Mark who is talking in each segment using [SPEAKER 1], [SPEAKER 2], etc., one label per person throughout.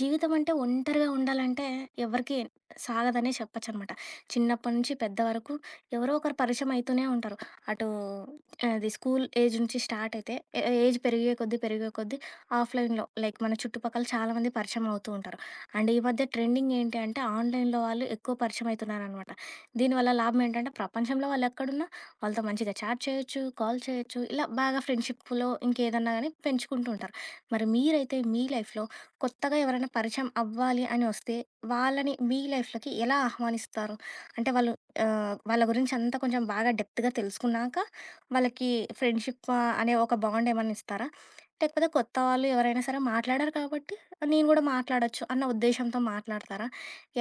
[SPEAKER 1] జీవితం అంటే ఒంటరిగా ఉండాలంటే ఎవరికీ సాగదనే చెప్పొచ్చనమాట. చిన్నప్పటి నుంచి పెద్ద వరకు ఎవరో ఒకరు పరిచయం అయితూనే ఉంటారు. అటు అది స్కూల్ ఏజ్ నుంచి స్టార్ట్ అయితే ఏజ్ పెరిగే కొద్దీ, పెరిగే కొద్దీ ఆఫ్‌లైన్‌లో లైక్ మన చుట్టుపక్కల చాలామంది పరిచయం అవుతూ ఉంటారు. అండ్ ఈ మధ్య ట్రెండింగ్ ఏంటి అంటే ఆన్‌లైన్‌లో వాళ్ళు ఎక్కువ పరిచయం అయితున్నారనమాట. దీనివల్ల లాభం ఏంటంటే ప్రపంచంలో వాళ్ళు ఎక్కడున్నా వాళ్ళతో మంచిగా చాట్ చేయొచ్చు, కాల్ చేయొచ్చు. ఇలా బాగా ఫ్రెండ్‌షిప్‌లో ఇంకేదన్నా గానీ పెంచుకుంటూ ఉంటారు. మరి మీరైతే మీ లైఫ్‌లో కొత్తగా ఎవరైనా పరిచయం అవ్వాలి అని వస్తే వాళ్ళని మీ లైఫ్‌లోకి ఎలా ఆహ్వానిస్తారు? అంటే వాళ్ళు వాళ్ళ గురించి అంతా కొంచెం బాగా డెప్త్‌గా తెలుసుకున్నాక వాళ్ళకి ఫ్రెండ్‌షిప్ అనే ఒక బాండ్ ఏమన్నా ఇస్తారా? లేకపోతే కొత్త వాళ్ళు ఎవరైనా సరే మాట్లాడరు కాబట్టి నేను కూడా మాట్లాడొచ్చు అన్న ఉద్దేశంతో మాట్లాడతారా?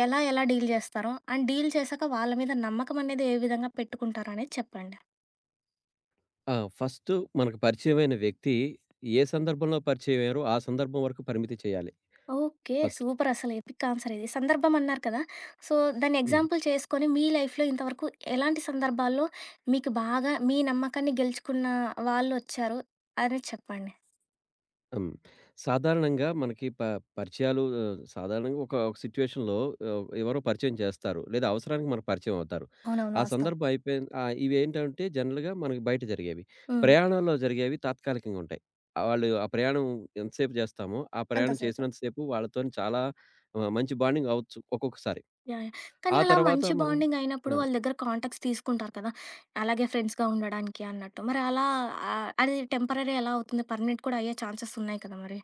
[SPEAKER 1] ఎలా ఎలా డీల్ చేస్తారో? అండ్ డీల్ చేశాక వాళ్ళ మీద నమ్మకం అనేది ఏ విధంగా పెట్టుకుంటారో అనేది చెప్పండి?
[SPEAKER 2] ఆ! ఫస్టు మనకు పరిచయమైన వ్యక్తి ఏ సందర్భంలో పరిచయమయ్యారో ఆ సందర్భం వరకు పరిమితి చేయాలి
[SPEAKER 1] ఓకే.
[SPEAKER 2] ఫస్ట్.
[SPEAKER 1] సూపర్ అసలు ఎపిక్ ఆన్సర్ ఇది. సందర్భం అన్నారు కదా! సో, దాన్ని
[SPEAKER 2] హ్మ్.
[SPEAKER 1] ఎగ్జాంపుల్ చేసుకొని మీ లైఫ్‌లో ఇంతవరకు ఎలాంటి సందర్భాల్లో మీకు బాగా మీ నమ్మకాన్ని గెలుచుకున్న వాళ్ళొచ్చారు అనేది చెప్పండి?
[SPEAKER 2] హ్మ్. సాధారణంగా మనకి పరిచయాలు సాధారణంగా ఒక ఒక సిట్యుయేషన్‌లో ఎవరో పరిచయం చేస్తారు. లేదా అవసరానికి మనకు పరిచయం అవుతారు.
[SPEAKER 1] అవునవును.
[SPEAKER 2] ఆ
[SPEAKER 1] వాస్తవం.
[SPEAKER 2] సందర్భం అయిపోయిన ఇవేంటంటే జనరల్‌గా మనకి బయట జరిగేవి.
[SPEAKER 1] హ్మ్.
[SPEAKER 2] ప్రయాణాల్లో జరిగేవి తాత్కాలికంగా ఉంటాయి. ఆ వాళ్ళు ఆ ప్రయాణం ఎంతసేపు చేస్తామో, ఆ ప్రయాణం
[SPEAKER 1] అంతసేపు.
[SPEAKER 2] చేసినంత సేపు వాళ్ళతోని చాలా మంచి బాండింగ్ అవ్వచ్చు ఒక్కొక్కసారి.
[SPEAKER 1] యాహ్! యాహ్! కానీ
[SPEAKER 2] ఆ
[SPEAKER 1] అలా
[SPEAKER 2] తర్వాత
[SPEAKER 1] మంచి
[SPEAKER 2] మనం
[SPEAKER 1] బాండింగ్
[SPEAKER 2] ఆ!
[SPEAKER 1] అయినప్పుడు వాళ్ళ దగ్గర కాంటాక్ట్స్ తీసుకుంటారు కదా! అలాగే ఫ్రెండ్స్‌గా ఉండడానికి అన్నట్టు. మరి అలా అది టెంపరరీ ఎలా అవుతుంది? పర్మనెంట్ కూడా అయ్యే ఛాన్సెస్ ఉన్నాయి కదా మరి?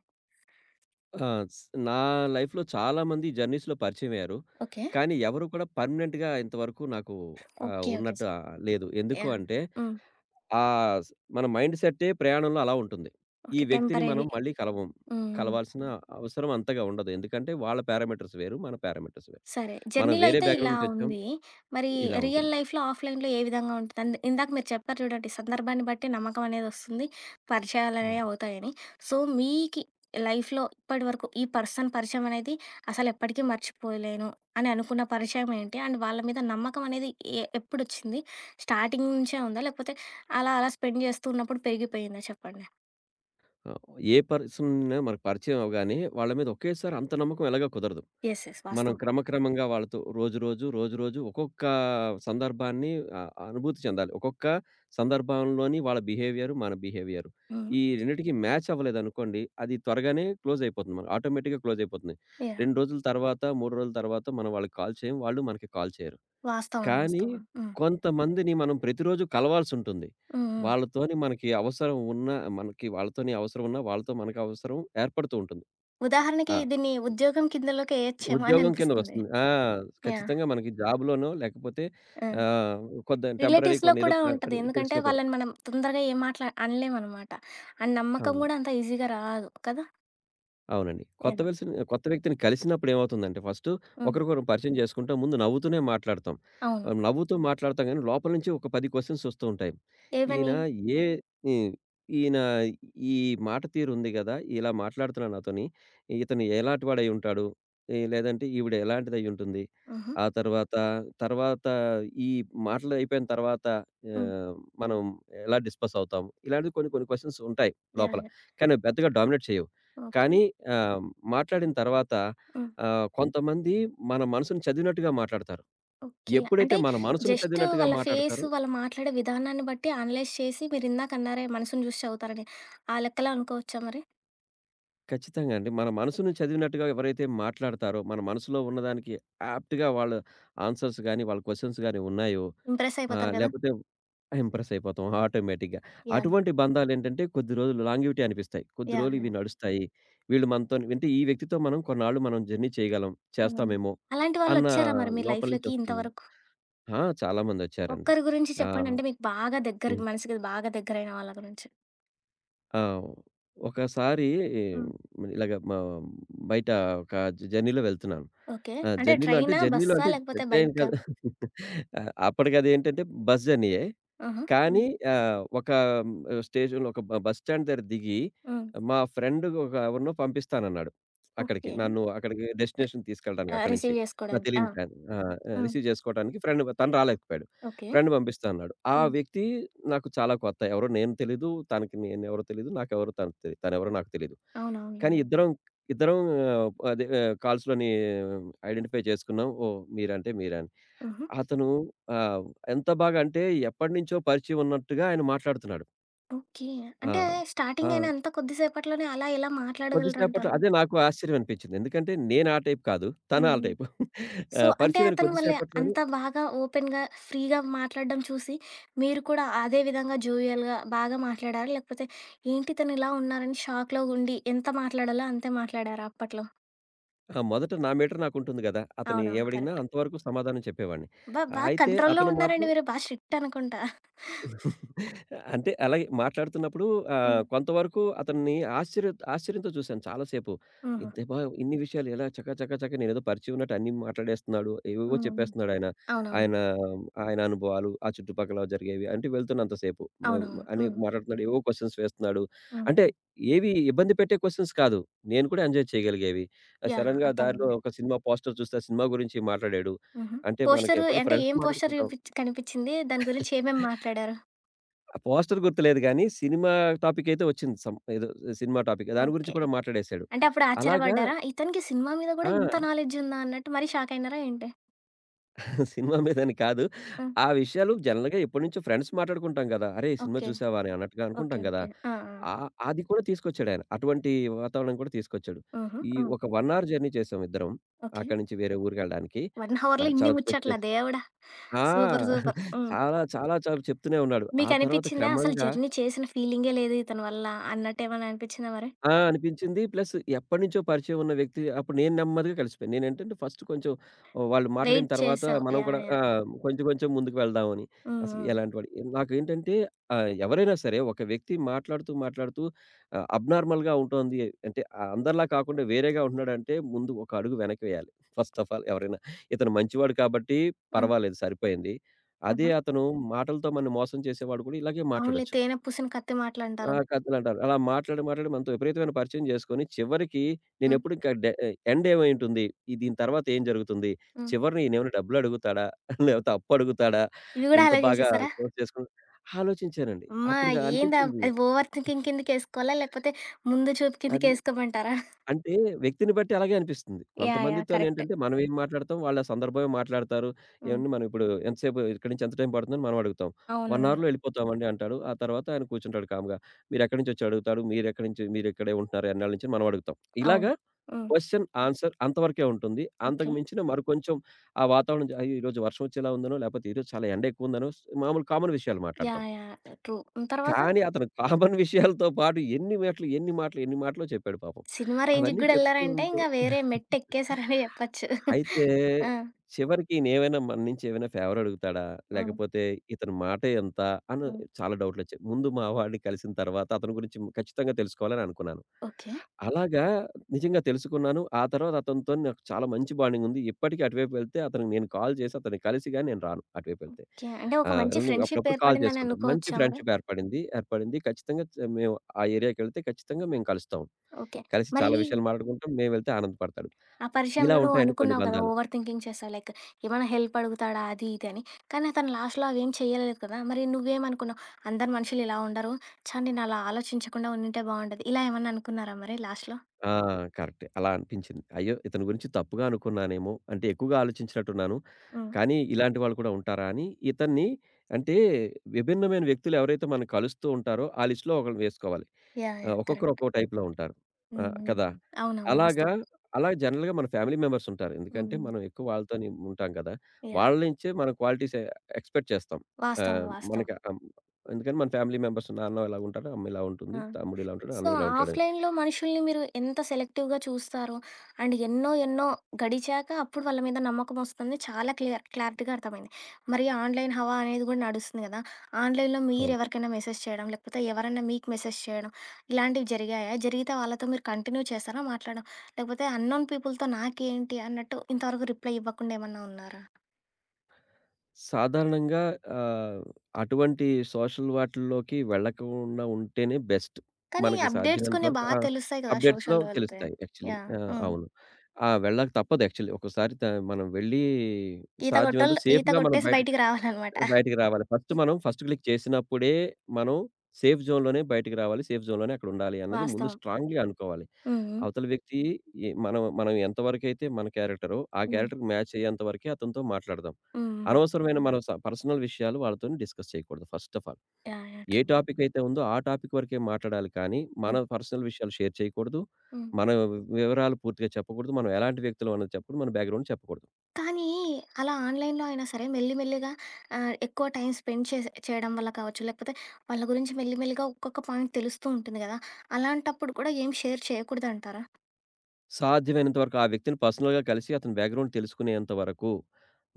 [SPEAKER 2] ఆ! స్ నా లైఫ్‌లో చాలామంది జర్నీస్‌లో పరిచయమయ్యారు.
[SPEAKER 1] ఓకే.
[SPEAKER 2] కానీ ఎవరు కూడా పర్మనెంట్‌గా ఇంతవరకు నాకు
[SPEAKER 1] ఓకే. ఓకే.
[SPEAKER 2] ఉన్నట్టు లేదు. ఎందుకు
[SPEAKER 1] యాహ్!
[SPEAKER 2] అంటే
[SPEAKER 1] హ్మ్.
[SPEAKER 2] ఆహ్, స్ మన మైండ్ సెట్టే ప్రయాణంలో అలా ఉంటుంది. ఈ
[SPEAKER 1] ఓకే.
[SPEAKER 2] వ్యక్తిని
[SPEAKER 1] టెంపరరీ.
[SPEAKER 2] మనం మళ్ళీ కలవం.
[SPEAKER 1] హ్మ్. హ్మ్.
[SPEAKER 2] కలవాల్సిన అవసరం అంతగా ఉండదు. ఎందుకంటే వాళ్ళ పారామీటర్స్ వేరు. మన పారామీటర్స్ వేరు.
[SPEAKER 1] సరే.
[SPEAKER 2] మనం
[SPEAKER 1] జర్నీలో
[SPEAKER 2] వేరే
[SPEAKER 1] అయితే ఇలా
[SPEAKER 2] బ్యాక్‌గ్రౌండ్ నుంచి వచ్చాం.
[SPEAKER 1] ఉంది. మరి
[SPEAKER 2] ఇలా
[SPEAKER 1] రియల్
[SPEAKER 2] ఉంటుంది.
[SPEAKER 1] లైఫ్‌లో, ఆఫ్‌లైన్‌లో ఏ విధంగా ఉంటుంది? అండ్ ఇందాక మీరు చెప్పారు చూడండి, సందర్భాన్ని బట్టి నమ్మకం అనేదొస్తుంది. పరిచయాలనేవి
[SPEAKER 2] అవును.
[SPEAKER 1] అవుతాయని. సో, మీకి లైఫ్‌లో ఇప్పటి వరకు ఈ పర్సన్ పరిచయం అనేది అసలెప్పటికీ మర్చిపోలేను అని అనుకున్న పరిచయం ఏంటి? అండ్ వాళ్ళ మీద నమ్మకం అనేది ఎప్పుడొచ్చింది? స్టార్టింగ్ నుంచే ఉందా? లేకపోతే అలా అలా స్పెండ్ చేస్తూ ఉన్నప్పుడు పెరిగిపోయిందా చెప్పండి?
[SPEAKER 2] ఆ! ఏ పర్సన్ మనకు పరిచయం అవ్వగానే వాళ్ళ మీద ఒకేసారి అంత నమ్మకం ఎలాగో కుదరదు.
[SPEAKER 1] యెస్. యెస్.
[SPEAKER 2] మనం
[SPEAKER 1] వాస్తవం.
[SPEAKER 2] క్రమక్రమంగా వాళ్ళతో రోజురోజు, రోజురోజు ఒక్కొక్క సందర్భాన్ని అనుభూతి చెందాలి. ఒక్కొక్క సందర్భంలోని వాళ్ళ బిహేవియర్, మన బిహేవియర్.
[SPEAKER 1] హ్మ్.
[SPEAKER 2] ఈ రెండిటికి మ్యాచ్ అవ్వలేదనుకోండి, అది త్వరగానే క్లోజ్ అయిపోతుంది. మన ఆటోమేటిక్‌గా క్లోజ్ అయిపోతుంది.
[SPEAKER 1] యాహ్!
[SPEAKER 2] 2 రోజుల తర్వాత, 3 రోజుల తర్వాత మనం వాళ్ళకి కాల్ చేయం. వాళ్ళు మనకి కాల్ చేయరు.
[SPEAKER 1] వాస్తవం.
[SPEAKER 2] కానీ
[SPEAKER 1] వాస్తవం. హ్మ్.
[SPEAKER 2] కొంతమందిని మనం ప్రతిరోజు కలవాల్సుంటుంది.
[SPEAKER 1] హ్మ్. హ్మ్.
[SPEAKER 2] వాళ్ళతోని మనకి అవసరం ఉన్న మనకి వాళ్ళతోని అవసరం ఉన్న, వాళ్ళతో మనకు అవసరం ఏర్పడుతూ ఉంటుంది.
[SPEAKER 1] ఉదాహరణకి
[SPEAKER 2] ఆ!
[SPEAKER 1] దీన్ని ఉద్యోగం కిందలోకి ఎయచ్చేమో అని
[SPEAKER 2] ఉద్యోగం కింద
[SPEAKER 1] అనిపిస్తుంది.
[SPEAKER 2] వస్తుంది. ఆ!
[SPEAKER 1] యాహ్!
[SPEAKER 2] ఖచ్చితంగా మనకి జాబ్‌లోనో లేకపోతే
[SPEAKER 1] ఆ!
[SPEAKER 2] ఆహ్, కొంత టెంపరరీ
[SPEAKER 1] రిలేటివ్స్‌లో
[SPEAKER 2] కొన్ని ఏదో
[SPEAKER 1] కూడా
[SPEAKER 2] ప
[SPEAKER 1] ఉంటది. ఎందుకంటే
[SPEAKER 2] తెలుసుకోకూడదు.
[SPEAKER 1] వాళ్ళని మనం తొందరగా ఏం మాట్లా అనలేమనమాట. అండ్ నమ్మకం
[SPEAKER 2] అవును.
[SPEAKER 1] గూడా అంత ఈజీగా రాదు కదా!
[SPEAKER 2] అవునండి.
[SPEAKER 1] యాహ్!
[SPEAKER 2] కొత్త వ్యక్తిని కలిసినప్పుడు ఏమవుతుందంటే ఫస్టు
[SPEAKER 1] హ్మ్.
[SPEAKER 2] ఒకరికొకరం పరిచయం చేసుకుంటాం. ముందు నవ్వుతూనే మాట్లాడతాం.
[SPEAKER 1] అవును.
[SPEAKER 2] నవ్వుతూ మాట్లాడతాం గానీ లోపల నుంచి ఒక 10 క్వెషన్స్ వస్తూ ఉంటాయి. ఈయన
[SPEAKER 1] ఏవని?
[SPEAKER 2] ఏ హ్మ్. ఈయన ఈ మాట తీరుంది గదా! ఇలా మాట్లాడుతున్నాడు నాతోని. ఇతను ఎలాంటి వాడై ఉంటాడు? ఈ లేదంటే ఈవిడ ఎలాంటిదై ఉంటుంది?
[SPEAKER 1] హుహు.
[SPEAKER 2] ఆ తర్వాత, తర్వాత ఈ మాటలు అయిపోయిన తర్వాత
[SPEAKER 1] హ్మ్.
[SPEAKER 2] ఆహ్, మనం ఎలా డిస్కస్ అవుతాము? ఇలాంటివి కొన్ని కొన్ని క్వెషన్స్ ఉంటాయి
[SPEAKER 1] యాహ్!
[SPEAKER 2] లోపల.
[SPEAKER 1] యాహ్!
[SPEAKER 2] కానీ అవి పెద్దగా డామినేట్ చేయవు.
[SPEAKER 1] ఓకే.
[SPEAKER 2] కానీ ఆహ్, మాట్లాడిన తర్వాత
[SPEAKER 1] హ్మ్.
[SPEAKER 2] ఆహ్, హ్మ్. కొంతమంది మన మనసుని చదివినట్టుగా మాట్లాడతారు.
[SPEAKER 1] ఓకే.
[SPEAKER 2] ఎప్పుడైతే
[SPEAKER 1] అంటే
[SPEAKER 2] మన మనసుని
[SPEAKER 1] జస్ట్
[SPEAKER 2] చదివినట్టుగా
[SPEAKER 1] వాళ్ళ ఫేసు,
[SPEAKER 2] మాట్లాడతారో
[SPEAKER 1] వాళ్ళు మాట్లాడే విధానాన్ని బట్టి అనలైజ్ చేసి మీరిందాకన్నారే మనసుని జూసి చదువుతారని. ఆ లెక్కలో అనుకోవచ్చా మరి?
[SPEAKER 2] ఖచ్చితంగా అండి. మన మనసుని చదివినట్టుగా ఎవరైతే మాట్లాడతారో, మన మనసులో ఉన్నదానికి యాప్ట్‌గా వాళ్ళ ఆన్సర్స్ గాని, వాళ్ళ క్వెషన్స్ గాని ఉన్నాయో
[SPEAKER 1] ఇంప్రెస్ అయిపోతారు గదా!
[SPEAKER 2] లేపోతే ఇంప్రెస్ అయిపోతాం ఆటోమేటిక్‌గా.
[SPEAKER 1] యాహ్!
[SPEAKER 2] అటువంటి బంధాలేంటంటే కొద్ది రోజులు లాంగివిటీ అనిపిస్తాయి. కొద్ది
[SPEAKER 1] యాహ్!
[SPEAKER 2] రోజులు
[SPEAKER 1] యాహ్!
[SPEAKER 2] ఇవి నడుస్తాయి. వీళ్ళు మనతోని అంటే ఈ వ్యక్తితో మనం కొన్నాళ్ళు మనం జర్నీ చేయగలం.
[SPEAKER 1] హ్మ్.
[SPEAKER 2] చేస్తామేమో
[SPEAKER 1] అలాంటి
[SPEAKER 2] అన్న
[SPEAKER 1] వాళ్ళొచ్చారా మరి మీ
[SPEAKER 2] లోపల
[SPEAKER 1] లైఫ్‌లోకి
[SPEAKER 2] నుంచొస్తుందండి.
[SPEAKER 1] ఇంతవరకు?
[SPEAKER 2] ఆ! చాలామందొచ్చారండి.
[SPEAKER 1] ఒక్కరి గురించి చెప్పండి.
[SPEAKER 2] ఆహ్,
[SPEAKER 1] అంటే మీకు బాగా దగ్గరకి
[SPEAKER 2] హ్మ్.
[SPEAKER 1] మనసుకి బాగా దగ్గరైన వాళ్ళ గురించి.
[SPEAKER 2] ఆ! ఒకసారి
[SPEAKER 1] హ్మ్.
[SPEAKER 2] ఇలాగ మ బయట ఒక జర్నీలో వెళ్తున్నాను.
[SPEAKER 1] ఓకే.
[SPEAKER 2] ఆ!
[SPEAKER 1] అంటే ట్రైనా?
[SPEAKER 2] జర్నీలో
[SPEAKER 1] బస్సా?
[SPEAKER 2] అంటే
[SPEAKER 1] లేకపోతే
[SPEAKER 2] ట్రైన్
[SPEAKER 1] బైకా?
[SPEAKER 2] కాదు. అప్పటికదేంటంటే బస్ జర్నీయే.
[SPEAKER 1] ఆహా! హ్మ్.
[SPEAKER 2] కానీ ఒక హ్మ్, స్టేషన్‌లో ఒక బస్ స్టాండ్ దగ్గర దిగి,
[SPEAKER 1] హ్మ్.
[SPEAKER 2] మా ఫ్రెండ్ ఒక ఎవరినో పంపిస్తానన్నాడు. అక్కడికి.
[SPEAKER 1] ఓకే.
[SPEAKER 2] నన్ను అక్కడికి డెస్టినేషన్ తీసుకెళ్ళడానికి అక్కడి నుంచి.
[SPEAKER 1] రిసీవ్
[SPEAKER 2] నాకు
[SPEAKER 1] చేసుకోడానికి. ఆ!
[SPEAKER 2] తెలియని ప్లాన్. ఆ!
[SPEAKER 1] హ్మ్.
[SPEAKER 2] రిసీవ్ చేసుకోవడానికి ఫ్రెండ్ తను రాలేకపోయాడు.
[SPEAKER 1] ఓకే.
[SPEAKER 2] ఫ్రెండ్ పంపిస్తా అన్నాడు. ఆ
[SPEAKER 1] హ్మ్.
[SPEAKER 2] వ్యక్తి నాకు చాలా కొత్త. ఎవరో నేను తెలీదు. తనకి నేనెవరో తెలీదు. నాకెవరో తనకు తెలీదు. తనెవరో
[SPEAKER 1] హ్మ్.
[SPEAKER 2] నాకు తెలీదు. కానీ
[SPEAKER 1] అవునవునులెండి.
[SPEAKER 2] ఇద్దరం ఇద్దరం అదే కాల్స్‌లోని ఐడెంటిఫై చేసుకున్నాం. ఓహ్! మీరంటే మీరే అని.
[SPEAKER 1] హుహు.
[SPEAKER 2] అతను ఆ! ఎంత బాగా అంటే ఎప్పటినుంచో పరిచయం ఉన్నట్టుగా ఆయన మాట్లాడుతున్నాడు.
[SPEAKER 1] ఓకే.
[SPEAKER 2] ఆ!
[SPEAKER 1] అంటే
[SPEAKER 2] ఆ!
[SPEAKER 1] స్టార్టింగయిన అంత కొద్ది సేపట్లోనే అలా ఎలా
[SPEAKER 2] కొద్ది సేపట్లో
[SPEAKER 1] మాట్లాడగలరంటారు?
[SPEAKER 2] అదే నాకు ఆశ్చర్యం అనిపించింది. ఎందుకంటే నేను ఆ టైప్ కాదు. తను
[SPEAKER 1] హ్మ్.
[SPEAKER 2] ఆ టైపు.
[SPEAKER 1] సో, అంటే
[SPEAKER 2] పరిచయమైన
[SPEAKER 1] అతను
[SPEAKER 2] కొద్ది
[SPEAKER 1] వల్లే
[SPEAKER 2] సేపట్లోనే
[SPEAKER 1] అంత బాగా ఓపెన్‌గా, ఫ్రీగా మాట్లాడడం చూసి మీరు కూడా అదే విధంగా జోవియల్‌గా బాగా మాట్లాడారా? లేకపోతే ఏంటి ఇతను ఇలా ఉన్నారని షాక్‌లో ఉండి ఎంత మాట్లాడాలో అంతే మాట్లాడారా అప్పట్లో?
[SPEAKER 2] ఆ! మొదట నా మీటర్ నాకుంటుంది గదా! అతను
[SPEAKER 1] అవునవును.
[SPEAKER 2] ఏవడిగినా
[SPEAKER 1] కరెక్ట్.
[SPEAKER 2] అంతవరకు సమాధానం చెప్పేవాడిని.
[SPEAKER 1] అబ్బా! బా
[SPEAKER 2] అయితే
[SPEAKER 1] కంట్రోల్‌లో
[SPEAKER 2] అతను మాత్రం
[SPEAKER 1] ఉన్నారండి మీరు. బా స్ట్రిక్ట్ అనుకుంటా.
[SPEAKER 2] అంటే అలాగే మాట్లాడుతున్నప్పుడు
[SPEAKER 1] హ్మ్.
[SPEAKER 2] కొంతవరకు అతన్ని ఆశ్చర్యంతో చూశాను చాలాసేపు.
[SPEAKER 1] హుహు.
[SPEAKER 2] ఇంత బా ఇన్ని విషయాలు ఎలా చక చక చక నేనేదో పరిచయం ఉన్నట్టు అన్నీ మాట్లాడేస్తున్నాడు. ఏవేవో
[SPEAKER 1] హ్మ్.
[SPEAKER 2] చెప్పేస్తున్నాడు ఆయన.
[SPEAKER 1] అవునవును.
[SPEAKER 2] ఆయన, ఆయన అనుభవాలు, ఆ చుట్టుపక్కల జరిగేవి అంటే వెళ్తున్నంత సేపు. మ మ
[SPEAKER 1] అవునవును.
[SPEAKER 2] అని
[SPEAKER 1] హ్మ్.
[SPEAKER 2] మాట్లాడుతున్నాడు. ఏవో క్వెషన్స్ వేస్తున్నాడు. అంటే
[SPEAKER 1] హ్మ్.
[SPEAKER 2] ఏవి ఇబ్బంది పెట్టే క్వెషన్స్ కాదు. నేను కూడా ఎంజాయ్ చేయగలిగేవి.
[SPEAKER 1] యాహ్!
[SPEAKER 2] సడెన్‌గా దారిలో
[SPEAKER 1] అర్థమైంది.
[SPEAKER 2] ఒక సినిమా పోస్టర్ చూస్తే ఆ సినిమా గురించి మాట్లాడాడు.
[SPEAKER 1] హుహు.
[SPEAKER 2] అంటే మనకి
[SPEAKER 1] పోస్టరు
[SPEAKER 2] ఎప్పుడు
[SPEAKER 1] అంటే
[SPEAKER 2] ఫ్రెండ్స్
[SPEAKER 1] ఏం పోస్టర్
[SPEAKER 2] మాట్లాడుకుంటాం.
[SPEAKER 1] చూపిచి కనిపిచ్చింది? దాని గురించి ఏమేం మాట్లాడారు?
[SPEAKER 2] ఆ పోస్టర్ గుర్తులేదు గానీ, సినిమా టాపికయితే వచ్చింది. సమ్ ఏదో సినిమా టాపిక్. దాని
[SPEAKER 1] ఓకే.
[SPEAKER 2] గురించి కూడా మాట్లాడేశాడు.
[SPEAKER 1] అంటే అప్పుడు
[SPEAKER 2] అలాగా
[SPEAKER 1] ఆశ్చర్యపడ్డారా? ఇతనికి సినిమా మీద గూడా ఇంత
[SPEAKER 2] ఆ!
[SPEAKER 1] నాలెడ్జ్ ఉందా అన్నట్టు మరీ షాక్ అయినారా ఏంటి?
[SPEAKER 2] సినిమా మీదని కాదు.
[SPEAKER 1] ఆ!
[SPEAKER 2] ఆ విషయాలు జనరల్‌గా ఎప్పటినుంచో ఫ్రెండ్స్ మాట్లాడుకుంటాం గదా! అరేయ్! Cinema
[SPEAKER 1] okay.
[SPEAKER 2] చూసావా? అని అన్నట్టుగా
[SPEAKER 1] ఓకే.
[SPEAKER 2] అనుకుంటాం గదా!
[SPEAKER 1] ఓకే. ఆ! ఆ!
[SPEAKER 2] అది కూడా తీసుకొచ్చాడాయన. అటువంటి వాతావరణం కూడా తీసుకొచ్చాడు.
[SPEAKER 1] హుహు.
[SPEAKER 2] ఈ
[SPEAKER 1] హ్మ్.
[SPEAKER 2] ఒక 1 అవర్ జర్నీ చేశాం ఇద్దరం.
[SPEAKER 1] ఓకే.
[SPEAKER 2] అక్కడి నుంచి వేరే ఊరికెళ్ళడానికి.
[SPEAKER 1] 1 అవర్‌లో ఇన్ని
[SPEAKER 2] చాలా
[SPEAKER 1] ముచ్చట్లా
[SPEAKER 2] ప్లేసెస్
[SPEAKER 1] దేవుడా!
[SPEAKER 2] ఆ!
[SPEAKER 1] సూపర్. సూపర్. హ్మ్.
[SPEAKER 2] చాలా చాలా చ చెప్తూనే ఉన్నాడు. ఆ తర్వాత
[SPEAKER 1] మీకనిపిచ్చిందా అసలు
[SPEAKER 2] క్రమంగా
[SPEAKER 1] జర్నీ చేసిన ఫీలింగే లేదు ఇతని వల్ల అన్నట్టేమన్నా అనిపిచ్చిందా మరి?
[SPEAKER 2] ఆ! అనిపించింది. ప్లస్ ఎప్పటినుంచో పరిచయం ఉన్న వ్యక్తి అప్పుడు నేను నెమ్మదిగా కలిసిపోయాను. నేనేంటంటే ఫస్ట్ కొంచెం వాళ్ళు మాట్లాడిన
[SPEAKER 1] వెయిట్
[SPEAKER 2] తర్వాత
[SPEAKER 1] చేసావు.
[SPEAKER 2] మనం
[SPEAKER 1] యాహ్!
[SPEAKER 2] కూడా
[SPEAKER 1] యాహ్!
[SPEAKER 2] ఆ! కొంచెం కొంచెం ముందుకు వెళ్దామని.
[SPEAKER 1] హ్మ్.
[SPEAKER 2] అసలు
[SPEAKER 1] హ్మ్.
[SPEAKER 2] ఎలాంటి వాడు నాకేంటంటే ఎవరైనా సరే ఒక వ్యక్తి మాట్లాడుతూ మాట్లాడుతూ అబ్నార్మల్‌గా ఉంటుంది అంటే అందరిలా కాకుండా వేరేగా ఉంటున్నాడంటే ముందు ఒక అడుగు వెనక్కి వేయాలి. ఫస్ట్ ఆఫ్ ఆల్ ఎవరైనా. ఇతను మంచివాడు కాబట్టి
[SPEAKER 1] హ్మ్.
[SPEAKER 2] పర్వాలేదు సరిపోయింది. అదే
[SPEAKER 1] ఆహా!
[SPEAKER 2] అతను మాటలతో మనల్ని మోసం చేసేవాడు కూడా ఇలాగే
[SPEAKER 1] అవునులే.
[SPEAKER 2] మాట్లాడొచ్చు.
[SPEAKER 1] తేనె పూసిన కత్తి
[SPEAKER 2] ఆ!
[SPEAKER 1] మాటలంటారు.
[SPEAKER 2] కథలంటారు. అలా మాట్లాడి మనతో విపరీతమైన పరిచయం చేసుకొని, చివరికి
[SPEAKER 1] హ్మ్.
[SPEAKER 2] నేనెప్పుడు ఇంకా డె ఎండ్ ఏమైంటుంది? దీని తర్వాత ఏం జరుగుతుంది?
[SPEAKER 1] హ్మ్.
[SPEAKER 2] చివరిన ఈయనేమైనా డబ్బులడుగుతాడా? లేకపోతే అప్పడుగుతాడా?
[SPEAKER 1] ఇవి గూడా
[SPEAKER 2] ఇంత బాగా
[SPEAKER 1] ఆలోచించేసారా?
[SPEAKER 2] క్లోజ్ చేసుకుని ఆలోచించానండి.
[SPEAKER 1] అమ్మా!
[SPEAKER 2] అప్పుడుగా
[SPEAKER 1] ఏందా
[SPEAKER 2] అనిపించింది
[SPEAKER 1] అది ఓవర్ థింకింగ్ కిందకేసుకోవాలా? లేకపోతే ముందు చూపు
[SPEAKER 2] అది
[SPEAKER 1] కిందకేసుకోమంటారా?
[SPEAKER 2] అంటే వ్యక్తిని బట్టి అలాగే అనిపిస్తుంది.
[SPEAKER 1] యాహ్! యాహ్! కరెక్టే.
[SPEAKER 2] కొంతమందితోనేంటంటే మనం ఏం మాట్లాడతాం, వాళ్ళ సందర్భమే మాట్లాడతారు.
[SPEAKER 1] హ్మ్.
[SPEAKER 2] ఏవండీ మనం ఇప్పుడు ఎంతసేపు ఇక్కడి నుంచి ఎంత టైం పడుతుందని మనం అడుగుతాం. 1
[SPEAKER 1] అవునవును.
[SPEAKER 2] అవర్‌లో ఎళ్ళిపోతామండి అంటాడు. ఆ తర్వాత ఆయన కూర్చుంటాడు కామ్‌గా. మీరెక్కడి నుంచొచ్చి అడుగుతాడు. మీరెక్కడి నుంచి మీరిక్కడే ఉంటున్నారు ఎన్నాళ్ల నుంచి మనం అడుగుతాం.
[SPEAKER 1] అవును.
[SPEAKER 2] ఇలాగా
[SPEAKER 1] హ్మ్.
[SPEAKER 2] క్వెషన్, ఆన్సర్ అంతవరకే ఉంటుంది.
[SPEAKER 1] ఓకే.
[SPEAKER 2] అంతకు మించిన మరికొంచెం ఆ వాతావరణం జ అయ్యో! ఈరోజు వర్షం వచ్చేలా ఉందనో, లేపోతే ఈరోజు చాలా ఎండ ఎక్కువుందనో మామూలు కామన్ విషయాలు మాట్లాడతాం.
[SPEAKER 1] యాహ్! యాహ్! ట్రూ. హ్మ్. తర్వాత
[SPEAKER 2] కానీ అతను కామన్ విషయాలతో పాటు ఎన్ని మాటలో చెప్పాడు పాపం.
[SPEAKER 1] సినిమా రేంజ్‌కి
[SPEAKER 2] అవన్నీ
[SPEAKER 1] గూడా
[SPEAKER 2] చెప్తూ
[SPEAKER 1] ఎళ్లారంటే
[SPEAKER 2] ఉంటే
[SPEAKER 1] ఇంగ వేరే మెట్టెక్కేసారనే జెప్పచ్చు.
[SPEAKER 2] అయితే
[SPEAKER 1] ఆ!
[SPEAKER 2] చివరికి నేవైనా మన్నించి ఏవైనా ఫేవర్ అడుగుతాడా?
[SPEAKER 1] హ్మ్.
[SPEAKER 2] లేకపోతే ఇతని మాటే ఎంత అని
[SPEAKER 1] హ్మ్.
[SPEAKER 2] చాలా డౌట్‌లొచ్చాయి. ముందు మా వాడిని కలిసిన తర్వాత అతని గురించి ఖచ్చితంగా తెలుసుకోవాలని అనుకున్నాను.
[SPEAKER 1] ఓకే.
[SPEAKER 2] అలాగా నిజంగా తెలుసుకున్నాను. ఆ తర్వాత అతనితోని నాకు చాలా మంచి బాండింగ్ ఉంది. ఇప్పటికి అటువైపు వెళ్తే అతనికి నేను కాల్ చేసి అతన్ని కలిసి గాని నేను రాను అటువైపు వెళ్తే.
[SPEAKER 1] ఓకే. అంటే ఒక
[SPEAKER 2] ఆహ్,
[SPEAKER 1] మంచి ఫ్రెండ్‌షిప్
[SPEAKER 2] అప్పుడప్పుడు కాల్
[SPEAKER 1] ఏర్పడిందని
[SPEAKER 2] చేసుకుంటాం. మంచి
[SPEAKER 1] అనుకోవచ్చా మరి?
[SPEAKER 2] ఫ్రెండ్‌షిప్ ఏర్పడింది. ఏర్పడింది. ఖచ్చితంగా మేము ఆ ఏరియాకెళ్తే ఖచ్చితంగా మేము కలుస్తాం.
[SPEAKER 1] ఓకే.
[SPEAKER 2] కలిసి
[SPEAKER 1] మరి
[SPEAKER 2] చాలా విషయాలు మాట్లాడుకుంటాం. మేమెళ్తే ఆనందపడతాడు.
[SPEAKER 1] ఆ
[SPEAKER 2] ఇలా
[SPEAKER 1] పరిచయంలో నువ్వు
[SPEAKER 2] ఉంటాయండి కొన్ని
[SPEAKER 1] అనుకున్నావు కదా!
[SPEAKER 2] బంధాలు.
[SPEAKER 1] ఓవర్ థింకింగ్ చేసావు. లైక్ ఏమైనా హెల్ప్ అడుగుతాడా అది ఇది అని. కానీ అతను లాస్ట్‌లో అవేం చేయలేదు కదా! మరి నువ్వేమనుకున్నావు? అందరు మనుషులు ఇలా ఉండరు. ఛా! నేనలా ఆలోచించకుండా ఉండింటే బావుండేది. ఇలా ఏమన్నా అనుకున్నారా మరి లాస్ట్‌లో?
[SPEAKER 2] ఆ! కరెక్టే. అలా అనిపించింది. అయ్యో! ఇతని గురించి తప్పుగా అనుకున్నానేమో! అంటే ఎక్కువగా ఆలోచించినట్టున్నాను.
[SPEAKER 1] హ్మ్.
[SPEAKER 2] కానీ ఇలాంటి వాళ్ళు కూడా ఉంటారా అని ఇతన్ని అంటే విభిన్నమైన వ్యక్తులు ఎవరైతే మనం కలుస్తూ ఉంటారో ఆ లిస్ట్‌లో ఒకళ్ళని వేసుకోవాలి.
[SPEAKER 1] యాహ్! యాహ్!
[SPEAKER 2] ఒక్కొక్కరు
[SPEAKER 1] కరెక్ట్.
[SPEAKER 2] ఒక్కో టైప్‌లో ఉంటారు. ఆ!
[SPEAKER 1] హ్మ్. హ్మ్.
[SPEAKER 2] కదా!
[SPEAKER 1] అవునవును.
[SPEAKER 2] అలాగా
[SPEAKER 1] వాస్తవం.
[SPEAKER 2] అలా జనరల్‌గా మన ఫ్యామిలీ మెంబర్స్ ఉంటారు. ఎందుకంటే
[SPEAKER 1] హ్మ్.
[SPEAKER 2] మనం ఎక్కువ వాళ్ళతోనే ఉంటాం కదా!
[SPEAKER 1] యాహ్!
[SPEAKER 2] వాళ్ళ నుంచే మనం క్వాలిటీస్ ఎక్స్‌పెక్ట్ చేస్తాం.
[SPEAKER 1] వాస్తవం.
[SPEAKER 2] ఆహ్,
[SPEAKER 1] వాస్తవం.
[SPEAKER 2] మనకి ఎందుకని మన ఫ్యామిలీ మెంబర్స్ నాన్న ఇలా ఉంటాడు, అమ్మ ఇలా
[SPEAKER 1] ఆ!
[SPEAKER 2] ఉంటుంది, తమ్ముడు ఇలా ఉంటాడు,
[SPEAKER 1] సో,
[SPEAKER 2] అన్నయ్య ఇలా ఉంటాడని.
[SPEAKER 1] ఆఫ్‌లైన్‌లో మనుషుల్ని మీరు ఎంత సెలెక్టివ్‌గా చూస్తారు? అండ్ ఎన్నో ఎన్నో గడిచాక అప్పుడు వాళ్ళ మీద నమ్మకమొస్తుంది. చాలా క్లియర్ క్లారిటీగా అర్థమైంది. మరి ఆన్‌లైన్ హవా అనేది గూడా నడుస్తుంది గదా! ఆన్‌లైన్‌లో మీరెవరికైనా మెసేజ్ చేయడం, లేకపోతే ఎవరైనా మీకు మెసేజ్ చేయడం ఇలాంటివి జరిగాయా? జరిగితే వాళ్ళతో మీరు కంటిన్యూ చేసారా మాట్లాడడం? లేకపోతే అన్నోన్ పీపుల్‌తో నాకేంటి అన్నట్టు ఇంతవరకు రిప్లై ఇవ్వకుండా ఏమన్నా ఉన్నారా?
[SPEAKER 2] సాధారణంగా ఆహ్, అటువంటి సోషల్ వాటిల్లోకి వెళ్ళకుండా ఉంటేనే బెస్ట్.
[SPEAKER 1] కానీ
[SPEAKER 2] మనకి హ్మ్.
[SPEAKER 1] అప్‌డేట్స్
[SPEAKER 2] సాధ్యమైనంత
[SPEAKER 1] కొన్ని బా
[SPEAKER 2] వరకు
[SPEAKER 1] తెలుస్తాయి కదా!
[SPEAKER 2] అప్‌డేట్స్‌లో
[SPEAKER 1] సోషల్‌లో వెళ్తే.
[SPEAKER 2] తెలుస్తాయి యాక్చువల్లీ.
[SPEAKER 1] యాహ్!
[SPEAKER 2] ఆ!
[SPEAKER 1] హ్మ్.
[SPEAKER 2] అవును. ఆ! వెళ్ళక తప్పదు యాక్చువల్లీ. ఒకసారి త మనం వెళ్ళి
[SPEAKER 1] ఈత
[SPEAKER 2] సాధ్యమైనంత
[SPEAKER 1] కొట్టోళ్ళు ఈత
[SPEAKER 2] సేఫ్‌గా మనం
[SPEAKER 1] కొట్టేసి
[SPEAKER 2] బయటకి
[SPEAKER 1] బయటికి రావాలనమాట.
[SPEAKER 2] బయటికి రావాలి. ఫస్ట్ మనం ఫస్ట్ క్లిక్ చేసినప్పుడే మనం సేఫ్ జోన్‌లోనే బయటికి రావాలి. సేఫ్ జోన్‌లోనే అక్కడ ఉండాలి అన్నది ముందు
[SPEAKER 1] వాస్తవం.
[SPEAKER 2] స్ట్రాంగ్‌గా అనుకోవాలి.
[SPEAKER 1] హ్మ్.
[SPEAKER 2] అవతల వ్యక్తి ఎ మనం మనం ఎంతవరకైతే మన క్యారెక్టరో, ఆ
[SPEAKER 1] హ్మ్.
[SPEAKER 2] క్యారెక్టర్‌కి మ్యాచ్ అయ్యేంత వరకే అతనితో మాట్లాడదాం.
[SPEAKER 1] హ్మ్.
[SPEAKER 2] అనవసరమైన మన పర్సనల్ విషయాలు వాళ్ళతోని డిస్కస్ చేయకూడదు first of all.
[SPEAKER 1] Yeah! Yeah!
[SPEAKER 2] ఏ
[SPEAKER 1] ట్రూ.
[SPEAKER 2] టాపిక్ అయితే ఉందో ఆ టాపిక్ వరకే మాట్లాడాలి కానీ, మన
[SPEAKER 1] హ్మ్.
[SPEAKER 2] పర్సనల్ విషయాలు షేర్ చేయకూడదు.
[SPEAKER 1] హ్మ్.
[SPEAKER 2] మన వివరాలు పూర్తిగా చెప్పకూడదు. మనం ఎలాంటి వ్యక్తులం అన్నది చెప్పకూడదు. మన బ్యాక్‌గ్రౌండ్ చెప్పకూడదు.
[SPEAKER 1] కానీ అలా ఆన్‌లైన్‌లో అయినా సరే మెల్లి మెల్లిగా ఎక్కువ టైమ్ స్పెండ్ చేయడం వల్ల కావచ్చు, లేకపోతే వాళ్ళ గురించి మెల్లి మెల్లిగా ఒక్కొక్క పాయింట్ తెలుస్తూ ఉంటుంది గదా! అలాంటప్పుడు కూడా ఏం షేర్ చేయకూడదంటారా?
[SPEAKER 2] సాధ్యమైనంత వరకు ఆ వ్యక్తిని పర్సనల్‌గా కలిసి అతని బ్యాక్‌గ్రౌండ్ తెలుసుకునేంత వరకు,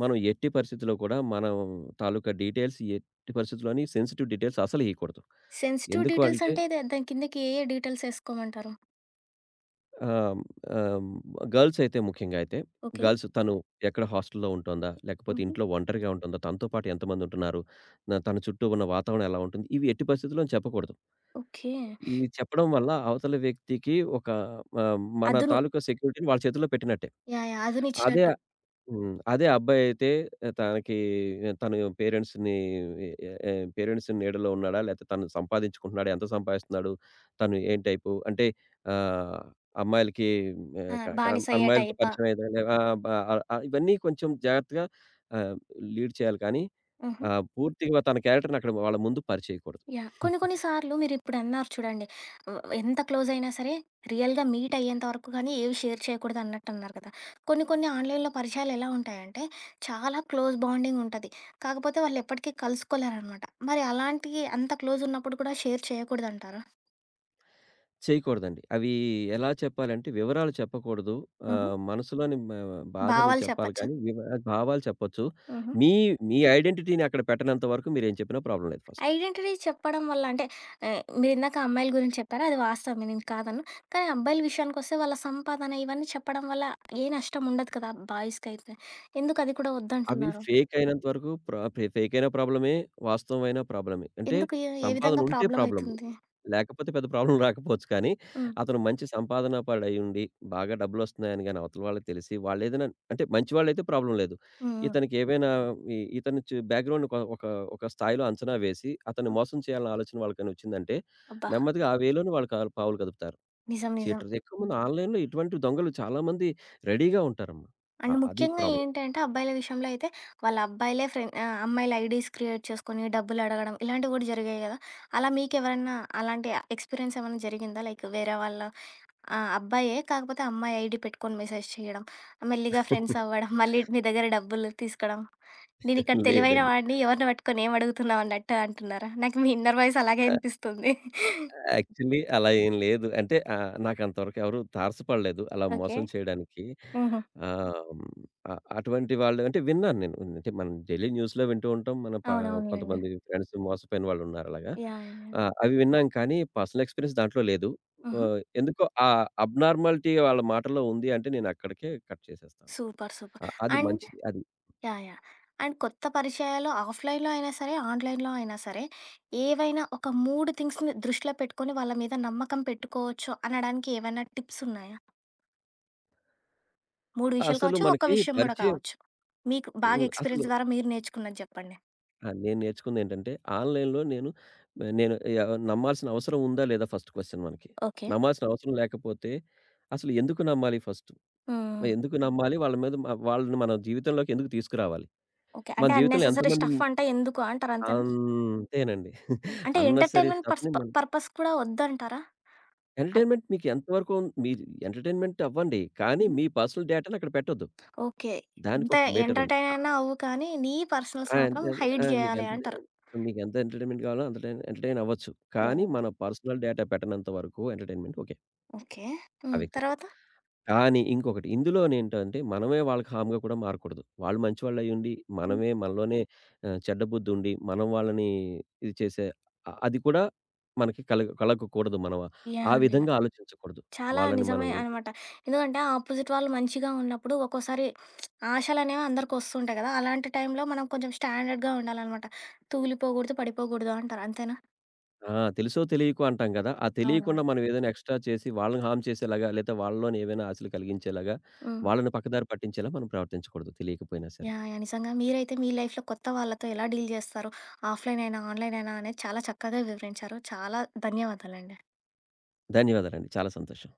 [SPEAKER 2] మనం ఎట్టి పరిస్థితిలో కూడా మనం తాలూకా డీటెయిల్స్ ఎట్టి పరిస్థితిలోని సెన్సిటివ్ డీటెయిల్స్ అసలు ఇయకూడదు.
[SPEAKER 1] సెన్సిటివ్
[SPEAKER 2] ఎందుకు
[SPEAKER 1] డీటెయిల్స్
[SPEAKER 2] అంటే
[SPEAKER 1] అంటే దాని కిందకి ఏ ఏ డీటెయిల్స్ ఏసుకోమంటారు?
[SPEAKER 2] ఆహ్, ఆహ్, గర్ల్స్ అయితే ముఖ్యంగా అయితే,
[SPEAKER 1] ఓకే.
[SPEAKER 2] గర్ల్స్ తను ఎక్కడ హాస్టల్‌లో ఉంటోందా? లేకపోతే
[SPEAKER 1] హుహు.
[SPEAKER 2] ఇంట్లో ఒంటరిగా ఉంటుందా? తనతో పాటు ఎంతమంది ఉంటున్నారు? తన చుట్టూ ఉన్న వాతావరణం ఎలా ఉంటుంది? ఇవి ఎట్టి పరిస్థితుల్లోను చెప్పకూడదు.
[SPEAKER 1] ఓకే.
[SPEAKER 2] ఇది చెప్పడం వల్ల అవతల వ్యక్తికి ఒక మన
[SPEAKER 1] అదును.
[SPEAKER 2] తాలూకా సెక్యూరిటీని వాళ్ళ చేతుల్లో పెట్టినట్టే.
[SPEAKER 1] యాహ్! యాహ్!
[SPEAKER 2] అదే
[SPEAKER 1] అదునిచ్చినట్టు.
[SPEAKER 2] హ్మ్. అదే అబ్బాయయితే తనకి తన పేరెంట్స్‌ని ఎ ఎ పేరెంట్స్ నీడలో ఉన్నాడా? లేకపోతే తను సంపాదించుకుంటున్నాడా? ఎంత సంపాదిస్తున్నాడు? తను ఏం టైపు? అంటే ఆహ్, అమ్మాయిలకి
[SPEAKER 1] ఆ!
[SPEAKER 2] ఆహ్, క క
[SPEAKER 1] బానిస అయ్యే
[SPEAKER 2] అమ్మాయిలతో
[SPEAKER 1] టైపా?
[SPEAKER 2] పరిచయం అయితేనే ఆ! బ ఇవన్నీ కొంచెం జాగ్రత్తగా ఆహ్, లీడ్ చేయాలి కానీ
[SPEAKER 1] హుహు.
[SPEAKER 2] పూర్తిగా తన క్యారెక్టర్‌ని అక్కడ వాళ్ళ ముందు పరిచేయకూడదు.
[SPEAKER 1] యాహ్! కొన్ని కొన్ని సార్లు మీరిప్పుడన్నారు చూడండి. ఎంత క్లోజయినా సరే రియల్‌గా మీట్ అయ్యేంత వరకు గానీ ఏవి షేర్ చేయకూడదన్నట్టన్నారు కదా! కొన్ని కొన్ని ఆన్‌లైన్‌లో పరిచయాలెలా ఉంటాయంటే చాలా క్లోజ్ బాండింగుంటది. కాకపోతే వాళ్ళెప్పటికీ కలుసుకోలేరనమాట. మరి అలాంటియి అంత క్లోజున్నప్పుడు కూడా షేర్ చేయకూడదంటారా?
[SPEAKER 2] చేయకూడదండి. అవి ఎలా చెప్పాలంటే వివరాలు చెప్పకూడదు.
[SPEAKER 1] హుహు.
[SPEAKER 2] మనసులోని బాధని
[SPEAKER 1] భావాలు
[SPEAKER 2] చెప్పాలి
[SPEAKER 1] చెప్పచ్చా?
[SPEAKER 2] కానీ, భావాలు చెప్పొచ్చు.
[SPEAKER 1] హుహు.
[SPEAKER 2] మీ మీ ఐడెంటిటీని అక్కడ పెట్టనంత వరకు మీరేం చెప్పినా ప్రాబ్లమ్ లేదు ఫస్ట్.
[SPEAKER 1] ఐడెంటిటీ చెప్పడం వల్ల అంటే మీరిందాక అమ్మాయిల గురించి చెప్పారు. అది వాస్తవమే నేను కాదనను. కానీ అబ్బాయిల విషయానికొస్తే వాళ్ళ సంపాదన ఇవన్నీ చెప్పడం వల్ల ఏ నష్టం ఉండదు కదా! బాయ్స్‌కైతే. ఎందుకు అది కూడా
[SPEAKER 2] అవి
[SPEAKER 1] వద్దంటున్నారు?
[SPEAKER 2] ఫేక్ అయినంత వరకు ప్ర ఫే ఫేక్ అయిన ప్రాబ్లమే. వాస్తవమైన ప్రాబ్లమే. అంటే
[SPEAKER 1] ఎందుకు? ఏ ఏ
[SPEAKER 2] సంపాదన
[SPEAKER 1] విధంగా
[SPEAKER 2] ఉంటే
[SPEAKER 1] ప్రాబ్లమ్
[SPEAKER 2] ప్రాబ్లమ్.
[SPEAKER 1] అయితుంది?
[SPEAKER 2] లేకపోతే పెద్ద ప్రాబ్లమ్ రాకపోవచ్చు కానీ,
[SPEAKER 1] హ్మ్.
[SPEAKER 2] అతను మంచి సంపాదన పడయుండి, బాగా డబ్బులొస్తున్నాయని గాని అవతల వాళ్ళకి తెలిసి, వాళ్ళేదైనా అంటే మంచివాళ్ళైతే ప్రాబ్లమ్ లేదు.
[SPEAKER 1] హ్మ్. హ్మ్.
[SPEAKER 2] ఇతనికి ఏవైనా ఇ ఇతని చు బ్యాక్‌గ్రౌండ్ ఒక ఒక ఒక స్థాయిలో అంచనా వేసి, అతన్ని
[SPEAKER 1] హ్మ్.
[SPEAKER 2] మోసం చేయాలన్న ఆలోచన వాళ్ళకని వచ్చిందంటే,
[SPEAKER 1] అబ్బా!
[SPEAKER 2] నెమ్మదిగా ఆ వేలోనే వాళ్ళు కాలు పావులు కదుపుతారు.
[SPEAKER 1] నిజం. నిజం.
[SPEAKER 2] చీటర్స్ ఎక్కువ మంది ఆన్‌లైన్‌లో ఇటువంటి దొంగలు చాలా మంది రెడీగా ఉంటారమ్మా.
[SPEAKER 1] అండ్
[SPEAKER 2] అది
[SPEAKER 1] ముఖ్యంగా
[SPEAKER 2] ప్రాబ్లమ్.
[SPEAKER 1] ఏంటంటే అబ్బాయిల విషయంలో అయితే వాళ్ళ అబ్బాయిలే ఫ్రెండ్ ఆ, అమ్మాయిల ఐడీస్ క్రియేట్ చేసుకొని డబ్బులు అడగడం ఇలాంటివి కూడా జరిగాయి కదా అలా మీకు ఎవరైనా అలాంటి ఎక్స్పీరియన్స్ ఏమైనా జరిగిందా లైక్ వేరే వాళ్ళ ఆ, అబ్బాయే కాకపోతే అమ్మాయి ఐడి పెట్టుకొని మెసేజ్ చేయడం మెల్లిగా ఫ్రెండ్స్ అవ్వడం మళ్ళీ మీ దగ్గర డబ్బులు తీసుకోవడం నేను ఇక్కడ తెలివైన
[SPEAKER 2] లేదండి.
[SPEAKER 1] వాడిని ఎవరిని పట్టుకొని ఏం అడుగుతున్నావు అన్నట్టు అంటున్నారా నాకు మీ ఇన్నర్ వాయిస్ అలాగే అనిపిస్తుంది.
[SPEAKER 2] యాక్చువల్లీ అలా ఏం లేదు. అంటే నాకంతవరకు ఎవరు తారసపడలేదు అలా
[SPEAKER 1] ఓకే.
[SPEAKER 2] మోసం చేయడానికి. ఆహ్, హ్మ్, అ అటువంటి వాళ్ళు అంటే విన్నాను నేను. అంటే మనం డైలీ న్యూస్‌లో వింటూ ఉంటాం. మన ప
[SPEAKER 1] అవునవునులేండి.
[SPEAKER 2] కొంతమంది ఫ్రెండ్స్ మోసపోయిన వాళ్ళున్నారు అలాగా.
[SPEAKER 1] Yeah yeah.
[SPEAKER 2] అవి విన్నాం కానీ పర్సనల్ ఎక్స్‌పీరియన్స్ దాంట్లో లేదు. ఎందుకో ఆ అబ్‌నార్మాలిటీ వాళ్ళ మాటల్లో ఉంది అంటే నేనక్కడికే కట్ చేసేస్తాను.
[SPEAKER 1] Super super.
[SPEAKER 2] అది మంచిది. అది.
[SPEAKER 1] యాహ్! యాహ్! అండ్ కొత్త పరిచయాలు ఆఫ్‌లైన్‌లో అయినా సరే, ఆన్‌లైన్‌లో అయినా సరే, ఏవైనా ఒక 3 థింగ్స్‌ని దృష్టిలో పెట్టుకొని వాళ్ళ మీద నమ్మకం పెట్టుకోవచ్చు అనడానికి ఏవైనా టిప్స్ ఉన్నాయా? 3 విషయాలు
[SPEAKER 2] అసలు
[SPEAKER 1] కావచ్చు, ఒక్క
[SPEAKER 2] మనకి
[SPEAKER 1] విషయం గూడా
[SPEAKER 2] పరిచయం
[SPEAKER 1] కావచ్చు. మీకు బాగా
[SPEAKER 2] హ్మ్. అసలు
[SPEAKER 1] ఎక్స్‌పీరియన్స్ ద్వారా మీరు నేర్చుకున్నది జెప్పండి.
[SPEAKER 2] ఆ! నేను నేర్చుకుందేంటంటే, ఆన్‌లైన్‌లో నేను నమ్మాల్సిన అవసరం ఉందా? లేదా? ఫస్ట్ క్వెషన్ మనకి.
[SPEAKER 1] ఓకే.
[SPEAKER 2] నమ్మాల్సిన అవసరం లేకపోతే అసలు ఎందుకు నమ్మాలి ఫస్టు?
[SPEAKER 1] హ్మ్.
[SPEAKER 2] ఎందుకు నమ్మాలి? వాళ్ళ మీద మ వాళ్ళని మన జీవితంలోకి ఎందుకు తీసుకురావాలి?
[SPEAKER 1] ఓకే.
[SPEAKER 2] మన
[SPEAKER 1] అంటే
[SPEAKER 2] జీవితంలో
[SPEAKER 1] అన్నెసెసరీ
[SPEAKER 2] ఎంతమంది
[SPEAKER 1] స్టఫ్ అంటే ఎందుకు అంటారు అంతేనా?
[SPEAKER 2] అంతేనండి.
[SPEAKER 1] అంటే
[SPEAKER 2] అన్నెసరీ
[SPEAKER 1] ఎంటర్‌టైన్‌మెంట్
[SPEAKER 2] స్టఫ్‌ని మనం
[SPEAKER 1] పర్పస్ కూడా వద్దంటారా? అన్
[SPEAKER 2] ఎంటర్‌టైన్‌మెంట్ మీకు ఎంత వరకు మీరు ఎంటర్‌టైన్‌మెంట్ అవ్వండి. కానీ
[SPEAKER 1] హుహు.
[SPEAKER 2] మీ పర్సనల్ డేటాని అక్కడ పెట్టొద్దు.
[SPEAKER 1] ఓకే. ఇంత
[SPEAKER 2] దానికొక మీటరుంది.
[SPEAKER 1] ఎంటర్‌టైన్ అయినా అవ్వు కానీ, నీ పర్సనల్స్
[SPEAKER 2] ఆ!
[SPEAKER 1] మాత్రం
[SPEAKER 2] అంతే అండి.
[SPEAKER 1] హైడ్
[SPEAKER 2] ఆ!
[SPEAKER 1] జేయాలి అంటారు.
[SPEAKER 2] మీకెంత ఎంటర్‌టైన్‌మెంట్ కావాలో అంత టైం ఎంటర్‌టైన్ అవ్వచ్చు.
[SPEAKER 1] యాహ్!
[SPEAKER 2] కానీ
[SPEAKER 1] యాహ్!
[SPEAKER 2] మన పర్సనల్ డేటా పెట్టనంత వరకు ఎంటర్‌టైన్‌మెంట్ ఓకే.
[SPEAKER 1] ఓకే.
[SPEAKER 2] ఆ
[SPEAKER 1] హ్మ్.
[SPEAKER 2] వ్యక్తితో.
[SPEAKER 1] తర్వాత?
[SPEAKER 2] కానీ ఇంకొకటి ఇందులోనేంటంటే మనమే వాళ్ళకి హార్మ్‌గా కూడా మారకూడదు. వాళ్ళు మంచివాళ్ళయ్యుండి,
[SPEAKER 1] హ్మ్.
[SPEAKER 2] మనమే మనలోనే చెడ్డ బుద్ధుండి, మనం వాళ్ళని ఇది చేసే అ అది కూడా మనకి కలగకూడదు. మనం ఆ
[SPEAKER 1] యాహ్! నిజం.
[SPEAKER 2] విధంగా ఆలోచించకూడదు.
[SPEAKER 1] చాలా
[SPEAKER 2] వాళ్ళని మనం
[SPEAKER 1] నిజమే అనమాట. ఎందుకంటే ఆపోజిట్ వాళ్ళు మంచిగా ఉన్నప్పుడు ఒక్కోసారి ఆశలనేవి అందరికి వస్తుంటాయి కదా! అలాంటి టైంలో మనం కొంచెం స్టాండర్డ్‌గా ఉండాలనమాట. తూలిపోకూడదు, పడిపోకూడదు అంటారు. అంతేనా?
[SPEAKER 2] ఆ! తెలుసో తెలియకో అంటాం కదా! ఆ తెలియకుండా
[SPEAKER 1] అవునవును.
[SPEAKER 2] మనం ఏదైనా ఎక్స్‌ట్రా చేసి వాళ్ళని హార్మ్ చేసేలాగా, లేతే వాళ్ళలోని ఏవైనా ఆశలు కలిగించేలాగా,
[SPEAKER 1] హ్మ్.
[SPEAKER 2] వాళ్ళని పక్కదారి పట్టించేలా మనం ప్రవర్తించకూడదు తెలియకపోయినా సరే.
[SPEAKER 1] యాహ్! యాహ్! నిజంగా మీరైతే మీ లైఫ్‌లో కొత్త వాళ్ళతో ఎలా డీల్ చేస్తారు? ఆఫ్‌లైన్ అయినా, ఆన్‌లైన్ అయినా అనేది చాలా చక్కగా వివరించారు. చాలా ధన్యవాదాలండి.
[SPEAKER 2] ధన్యవాదాలండి. చాలా సంతోషం.